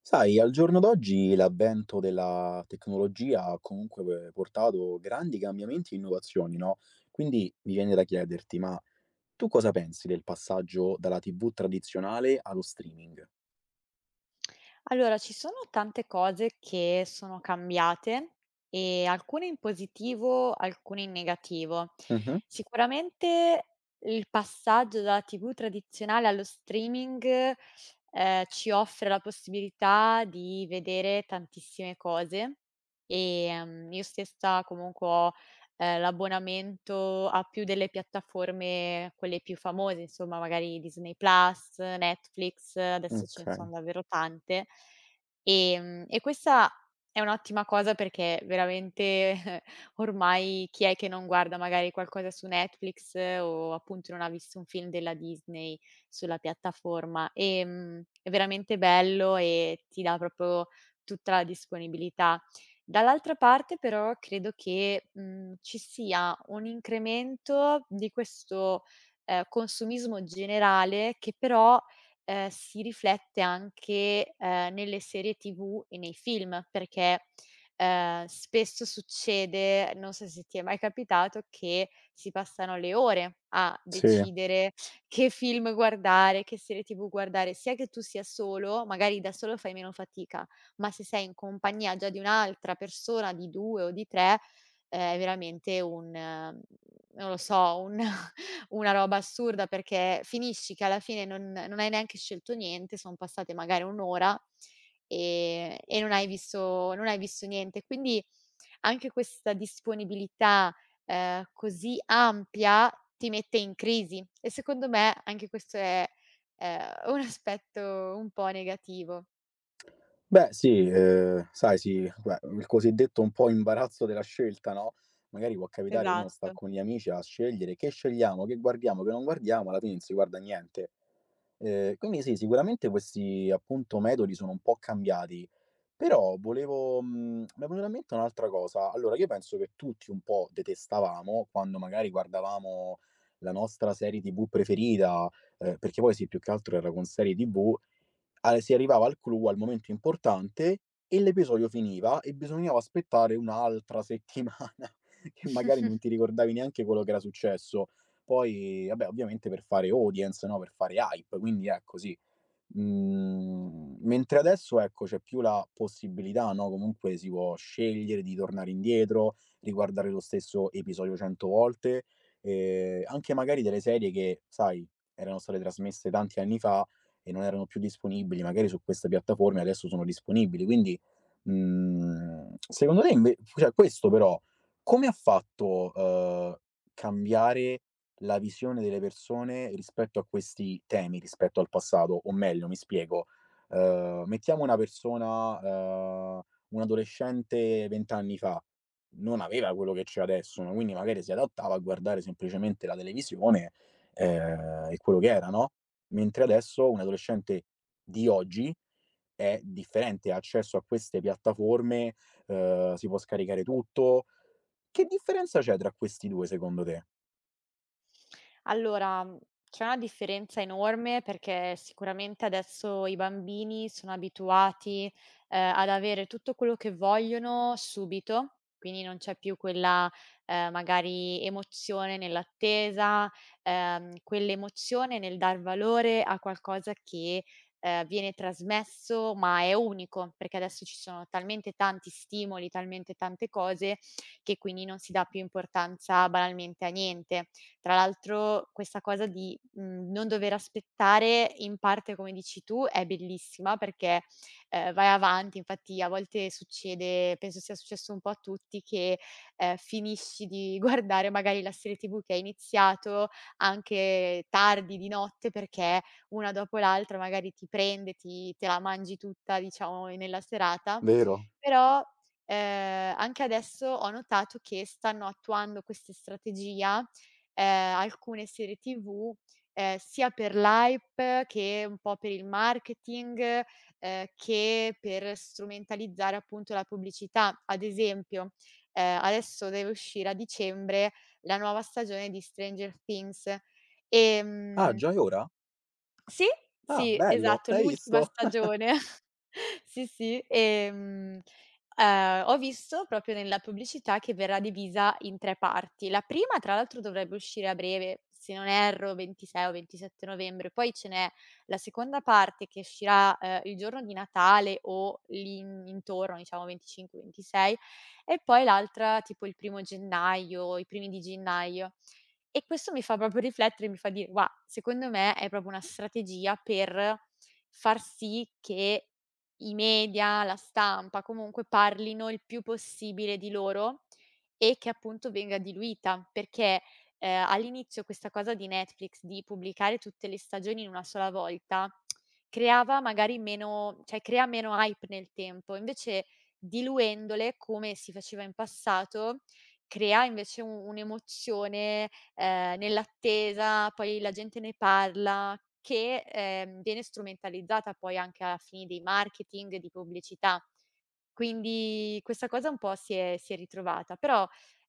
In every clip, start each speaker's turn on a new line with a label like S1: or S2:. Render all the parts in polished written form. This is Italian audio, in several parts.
S1: Sai, al giorno d'oggi l'avvento della tecnologia ha comunque portato grandi cambiamenti e innovazioni, no? Quindi mi viene da chiederti, ma tu cosa pensi del passaggio dalla TV tradizionale allo streaming?
S2: Allora, ci sono tante cose che sono cambiate e alcune in positivo, alcune in negativo.
S1: Mh-mh.
S2: Sicuramente il passaggio dalla TV tradizionale allo streaming, ci offre la possibilità di vedere tantissime cose, e io stessa comunque ho l'abbonamento a più delle piattaforme, quelle più famose, insomma, magari Disney Plus, Netflix, adesso ce ne
S1: Okay,
S2: sono davvero tante. E questa è un'ottima cosa perché veramente ormai chi è che non guarda magari qualcosa su Netflix, o appunto non ha visto un film della Disney sulla piattaforma. È veramente bello e ti dà proprio tutta la disponibilità. Dall'altra parte però credo che, ci sia un incremento di questo, consumismo generale che però, si riflette anche, nelle serie TV e nei film, perché, spesso succede, non so se ti è mai capitato, che si passano le ore a
S1: sì.
S2: decidere che film guardare, che serie TV guardare, sia che tu sia solo, magari da solo fai meno fatica, ma se sei in compagnia già di un'altra persona, di 2 o di 3, è veramente un, non lo so, un una roba assurda perché finisci che alla fine non hai neanche scelto niente, son passate magari 1 ora, e non hai visto niente. Quindi anche questa disponibilità, così ampia ti mette in crisi e secondo me anche questo è, un aspetto un po' negativo.
S1: Beh sì, sai sì, beh, il cosiddetto un po' imbarazzo della scelta, no, magari può capitare uno sta
S2: Esatto.
S1: con gli amici a scegliere: "Che scegliamo? Che guardiamo? Che non guardiamo?" Alla fine non si guarda niente. Quindi sì, sicuramente questi, appunto, metodi sono un po' cambiati, però volevo mi è venuta in mente un'altra cosa. Allora, io penso che tutti un po' detestavamo quando magari guardavamo la nostra serie TV preferita, perché poi sì, più che altro era con serie TV al si arrivava al clou, al momento importante e l'episodio finiva e bisognava aspettare un'altra settimana che magari non ti ricordavi neanche quello che era successo. Poi vabbè, ovviamente per fare audience, no, per fare hype, quindi ecco sì. Mentre adesso, ecco, c'è più la possibilità, no, comunque si può scegliere di tornare indietro, riguardare lo stesso episodio 100 volte, anche magari delle serie che, sai, erano state trasmesse tanti anni fa e non erano più disponibili magari su queste piattaforme, adesso sono disponibili. Quindi, secondo te inve cioè questo però come ha fatto, cambiare la visione delle persone rispetto a questi temi, rispetto al passato. O meglio, mi spiego, mettiamo una persona, un adolescente 20 anni fa, non aveva quello che c'è adesso, no, quindi magari si adattava a guardare semplicemente la televisione, e quello che era, no, mentre adesso un adolescente di oggi è differente, ha accesso a queste piattaforme, si può scaricare tutto. Che differenza c'è tra questi 2 secondo te?
S2: Allora, c'è una differenza enorme perché sicuramente adesso i bambini sono abituati, ad avere tutto quello che vogliono subito, quindi non c'è più quella, magari emozione nell'attesa, quell'emozione nel dar valore a qualcosa che, viene trasmesso ma è unico, perché adesso ci sono talmente tanti stimoli, talmente tante cose che quindi non si dà più importanza banalmente a niente. Tra l'altro questa cosa di, non dover aspettare in parte, come dici tu, è bellissima perché, vai avanti. Infatti a volte succede, penso sia successo un po' a tutti, che, finisci di guardare magari la serie TV che hai iniziato anche tardi di notte perché una dopo l'altra magari ti prende, ti te la mangi tutta, diciamo, nella serata.
S1: Vero.
S2: Però, anche adesso ho notato che stanno attuando questa strategia alcune serie TV, sia per l'hype che un po' per il marketing, che per strumentalizzare appunto la pubblicità. Ad esempio, adesso deve uscire a dicembre la nuova stagione di Stranger Things,
S1: Ah,
S2: ehm
S1: già è ora?
S2: sì,
S1: Ah,
S2: sì,
S1: bello,
S2: esatto,
S1: hai
S2: l'ultima
S1: visto?
S2: stagione. Sì, sì, ho visto proprio nella pubblicità che verrà divisa in 3 parti. La prima tra l'altro dovrebbe uscire a breve, se non erro 26 o 27 novembre, poi ce n'è la seconda parte che uscirà, il giorno di Natale o lì in intorno, diciamo 25, 26 e poi l'altra tipo il primo gennaio, i primi di gennaio. E questo mi fa proprio riflettere, mi fa dire: "Gua, secondo me è proprio una strategia per far sì che i media, la stampa, comunque parlino il più possibile di loro e che appunto venga diluita, perché, all'inizio questa cosa di Netflix, di pubblicare tutte le stagioni in una sola volta, creava magari meno cioè crea meno hype nel tempo. Invece diluendole, come si faceva in passato, crea invece u un'emozione, nell'attesa, poi la gente ne parla, che, viene strumentalizzata poi anche a fini di marketing, di pubblicità. Quindi questa cosa un po' si è ritrovata, però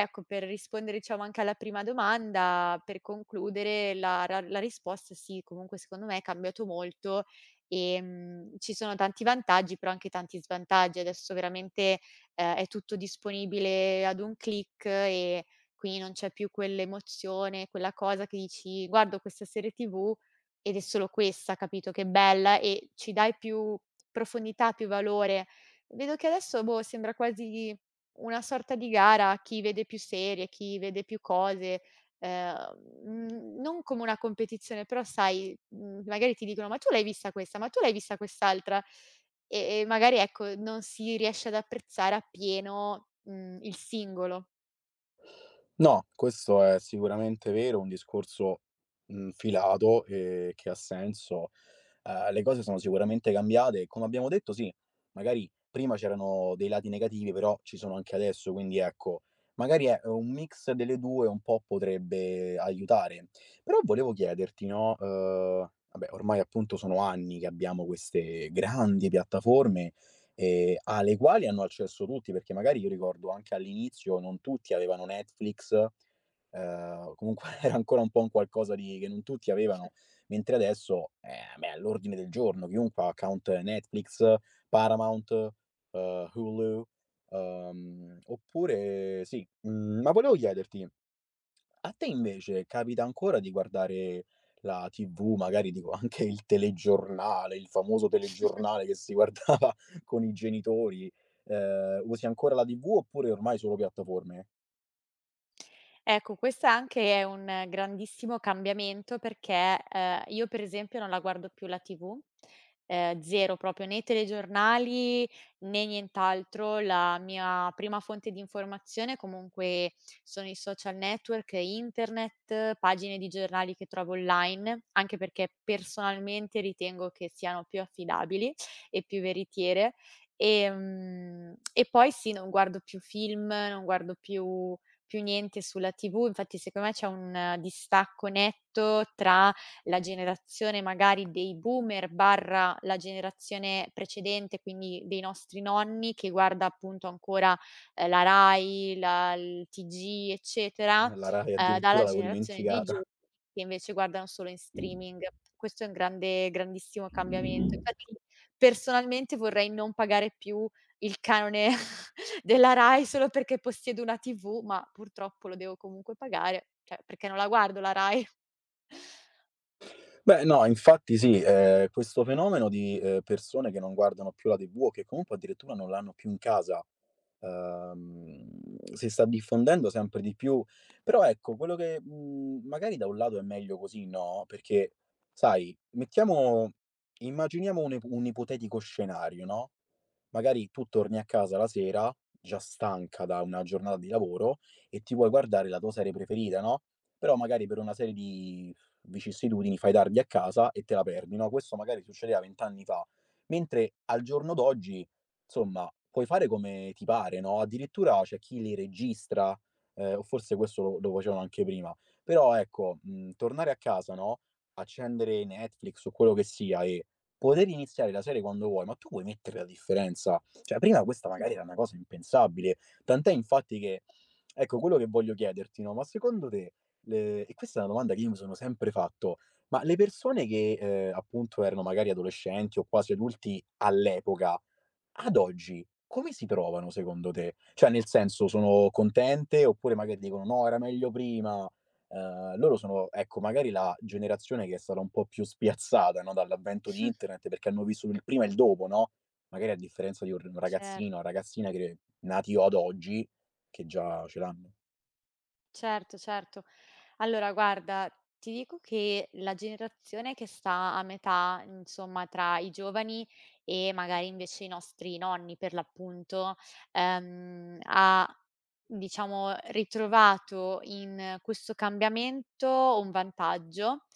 S2: ecco, per rispondere diciamo anche alla prima domanda, per concludere la risposta sì, comunque secondo me è cambiato molto, ci sono tanti vantaggi, però anche tanti svantaggi. Adesso veramente, è tutto disponibile ad un click e quindi non c'è più quell'emozione, quella cosa che dici: "Guardo questa serie TV ed è solo questa", capito, che bella e ci dai più profondità, più valore. Vedo che adesso, boh, sembra quasi una sorta di gara, chi vede più serie, chi vede più cose, non come una competizione, però sai, magari ti dicono: "Ma tu l'hai vista questa? Ma tu l'hai vista quest'altra?" E magari, ecco, non si riesce ad apprezzare appieno, il singolo.
S1: No, questo è sicuramente vero, un discorso filato e che ha senso. Le cose sono sicuramente cambiate e come abbiamo detto sì, magari prima c'erano dei lati negativi, però ci sono anche adesso, quindi ecco, magari è un mix delle 2 un po' potrebbe aiutare. Però volevo chiederti, no, vabbè ormai appunto sono anni che abbiamo queste grandi piattaforme, alle quali hanno accesso tutti, perché magari io ricordo anche all'inizio non tutti avevano Netflix, comunque era ancora un po' un qualcosa di che non tutti avevano. Mentre adesso, beh, è all'ordine del giorno, chiunque ha account Netflix, Paramount, Hulu, oppure sì, ma volevo chiederti, a te invece capita ancora di guardare la TV, magari dico anche il telegiornale, il famoso telegiornale che si guardava con i genitori, usi ancora la TV oppure ormai solo piattaforme?
S2: Ecco, questa anche è un grandissimo cambiamento perché, io per esempio non la guardo più la TV, 0 proprio, né telegiornali né nient'altro. La mia prima fonte di informazione comunque sono i social network, internet, pagine di giornali che trovo online, anche perché personalmente ritengo che siano più affidabili e più veritiere. E poi sì, non guardo più film, non guardo più niente sulla TV. Infatti secondo me c'è un, distacco netto tra la generazione magari dei boomer barra la generazione precedente, quindi dei nostri nonni che guarda appunto ancora, la Rai, la il TG eccetera,
S1: La Rai addirittura
S2: dalla
S1: l'avevo
S2: generazione dei
S1: dimenticata.
S2: giovani che invece guardano solo in streaming. Questo è un grande grandissimo cambiamento. Infatti personalmente vorrei non pagare più il canone della Rai solo perché possiedo una TV, ma purtroppo lo devo comunque pagare, cioè perché non la guardo la Rai.
S1: Beh, no, infatti sì, questo fenomeno di, persone che non guardano più la TV o che comunque addirittura non l'hanno più in casa, ehm, si sta diffondendo sempre di più. Però ecco, quello che, magari da un lato è meglio così, no, perché sai, mettiamo immaginiamo un ipotetico scenario, no, magari tu torni a casa la sera, già stanca da una giornata di lavoro, e ti vuoi guardare la tua serie preferita, no, però magari per una serie di vicissitudini, fai tardi a casa e te la perdi, no, questo magari succedeva 20 anni fa. Mentre al giorno d'oggi, insomma, puoi fare come ti pare, no, addirittura c'è chi li registra, o forse questo lo facevano anche prima. Però ecco, tornare a casa, no, accendere Netflix o quello che sia e poter iniziare la serie quando vuoi, ma tu puoi mettere la differenza. Cioè prima questa magari era una cosa impensabile, tant'è infatti che ecco quello che voglio chiederti, no, ma secondo te le e questa è una domanda che io mi sono sempre fatto: ma le persone che, appunto erano magari adolescenti o quasi adulti all'epoca, ad oggi come si trovano secondo te? Cioè nel senso, sono contente oppure magari dicono: "No, era meglio prima"? Loro sono, ecco, magari la generazione che è stata un po' più spiazzata, no, dall'avvento di internet perché hanno vissuto il prima e il dopo, no, magari a differenza di un ragazzino, una
S2: Certo.
S1: ragazzina che nati o ad oggi che già ce l'hanno.
S2: Certo, certo. Allora guarda, ti dico che la generazione che sta a metà, insomma, tra i giovani e magari invece i nostri nonni per l'appunto, ha diciamo ritrovato in questo cambiamento un vantaggio.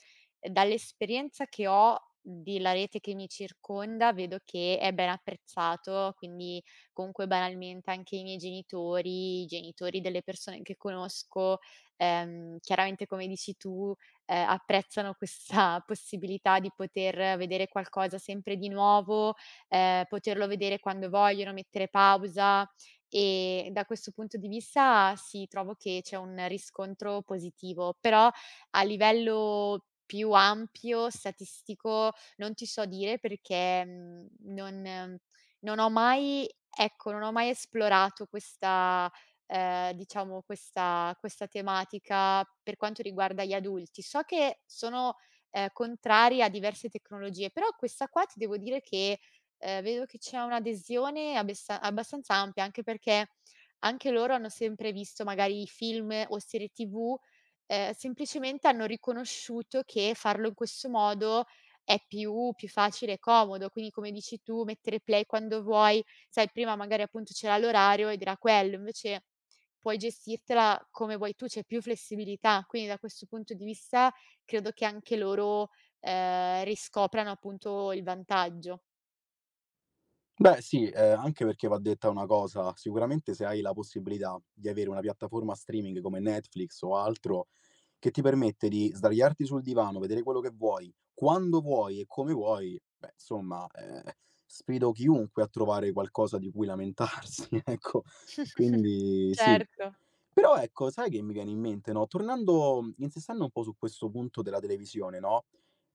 S2: Dall'esperienza che ho della rete che mi circonda vedo che è ben apprezzato, quindi comunque banalmente anche i miei genitori, i genitori delle persone che conosco, chiaramente come dici tu, apprezzano questa possibilità di poter vedere qualcosa sempre di nuovo, poterlo vedere quando vogliono, mettere pausa e da questo punto di vista sì, trovo che c'è un riscontro positivo, però a livello più ampio, statistico, non ti so dire perché, mhmm, non non ho mai ecco, non ho mai esplorato questa diciamo questa tematica per quanto riguarda gli adulti. So che sono, contrari a diverse tecnologie, però questa qua ti devo dire che, vedo che c'è un'adesione abessa abbastanza ampia, anche perché anche loro hanno sempre visto magari film o serie TV, semplicemente hanno riconosciuto che farlo in questo modo è più facile e comodo. Quindi, come dici tu, mettere play quando vuoi, sai prima magari appunto c'era l'orario ed era quello, invece puoi gestirtela come vuoi tu, c'è più flessibilità. Quindi da questo punto di vista credo che anche loro, riscoprano appunto il vantaggio.
S1: Beh sì, anche perché va detta una cosa, sicuramente se hai la possibilità di avere una piattaforma streaming come Netflix o altro, che ti permette di sdraiarti sul divano, vedere quello che vuoi, quando vuoi e come vuoi, beh insomma, sfido chiunque a trovare qualcosa di cui lamentarsi, ecco. Quindi sì,
S2: Certo,
S1: però ecco, sai che mi viene in mente, no, insistendo un po' su questo punto della televisione, no,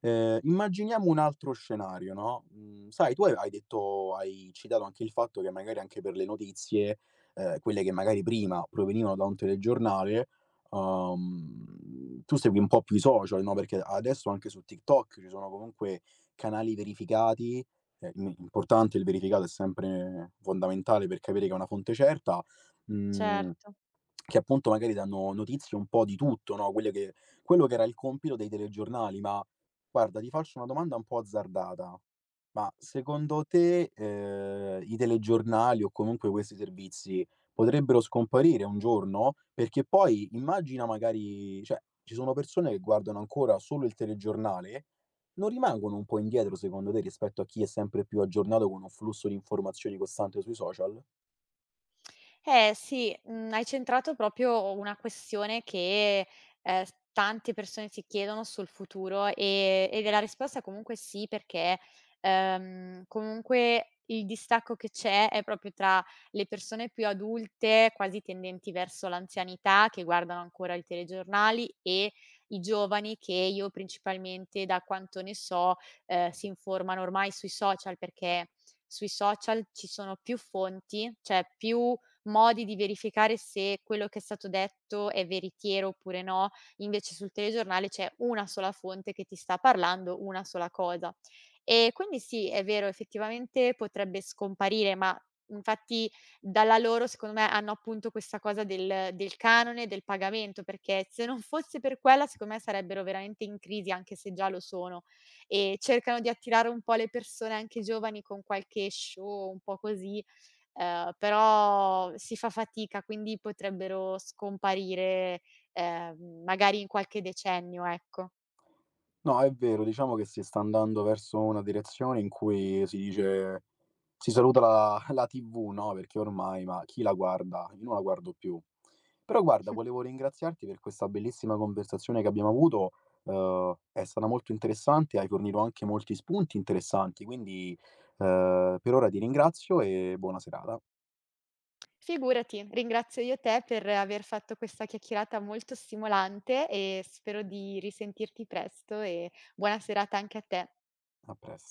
S1: immaginiamo un altro scenario, no, sai tu hai detto hai citato anche il fatto che magari anche per le notizie, quelle che magari prima provenivano da un telegiornale, tu segui un po' più i social, no, perché adesso anche su TikTok ci sono comunque canali verificati, im importante il verificato è sempre fondamentale per capire che è una fonte certa, mhmm
S2: certo.
S1: che appunto magari danno notizie un po' di tutto, no, quelle che quello che era il compito dei telegiornali. Ma guarda, ti faccio una domanda un po' azzardata: ma secondo te, i telegiornali o comunque questi servizi potrebbero scomparire un giorno? Perché poi immagina magari cioè, ci sono persone che guardano ancora solo il telegiornale, non rimangono un po' indietro secondo te rispetto a chi è sempre più aggiornato con un flusso di informazioni costante sui social?
S2: Eh sì, hai centrato proprio una questione che, s tante persone si chiedono sul futuro ed è la risposta comunque sì, perché, comunque il distacco che c'è è proprio tra le persone più adulte, quasi tendenti verso l'anzianità, che guardano ancora i telegiornali e i giovani che io principalmente, da quanto ne so, si informano ormai sui social, perché sui social ci sono più fonti, cioè più modi di verificare se quello che è stato detto è veritiero oppure no, invece sul telegiornale c'è una sola fonte che ti sta parlando una sola cosa. E quindi sì, è vero, effettivamente potrebbe scomparire, ma infatti dalla loro secondo me hanno appunto questa cosa del canone, del pagamento, perché se non fosse per quella secondo me sarebbero veramente in crisi, anche se già lo sono, e cercano di attirare un po' le persone anche giovani con qualche show un po' così. Però si fa fatica, quindi potrebbero scomparire, magari in qualche decennio, ecco.
S1: No, è vero, diciamo che si sta andando verso una direzione in cui si saluta la la TV, no, perché ormai, ma chi la guarda? Io non la guardo più. Però guarda, volevo ringraziarti per questa bellissima conversazione che abbiamo avuto, è stata molto interessante, hai fornito anche molti spunti interessanti, quindi, per ora ti ringrazio e buona serata.
S2: Figurati, ringrazio io te per aver fatto questa chiacchierata molto stimolante e spero di risentirti presto e buona serata anche a te.
S1: A pres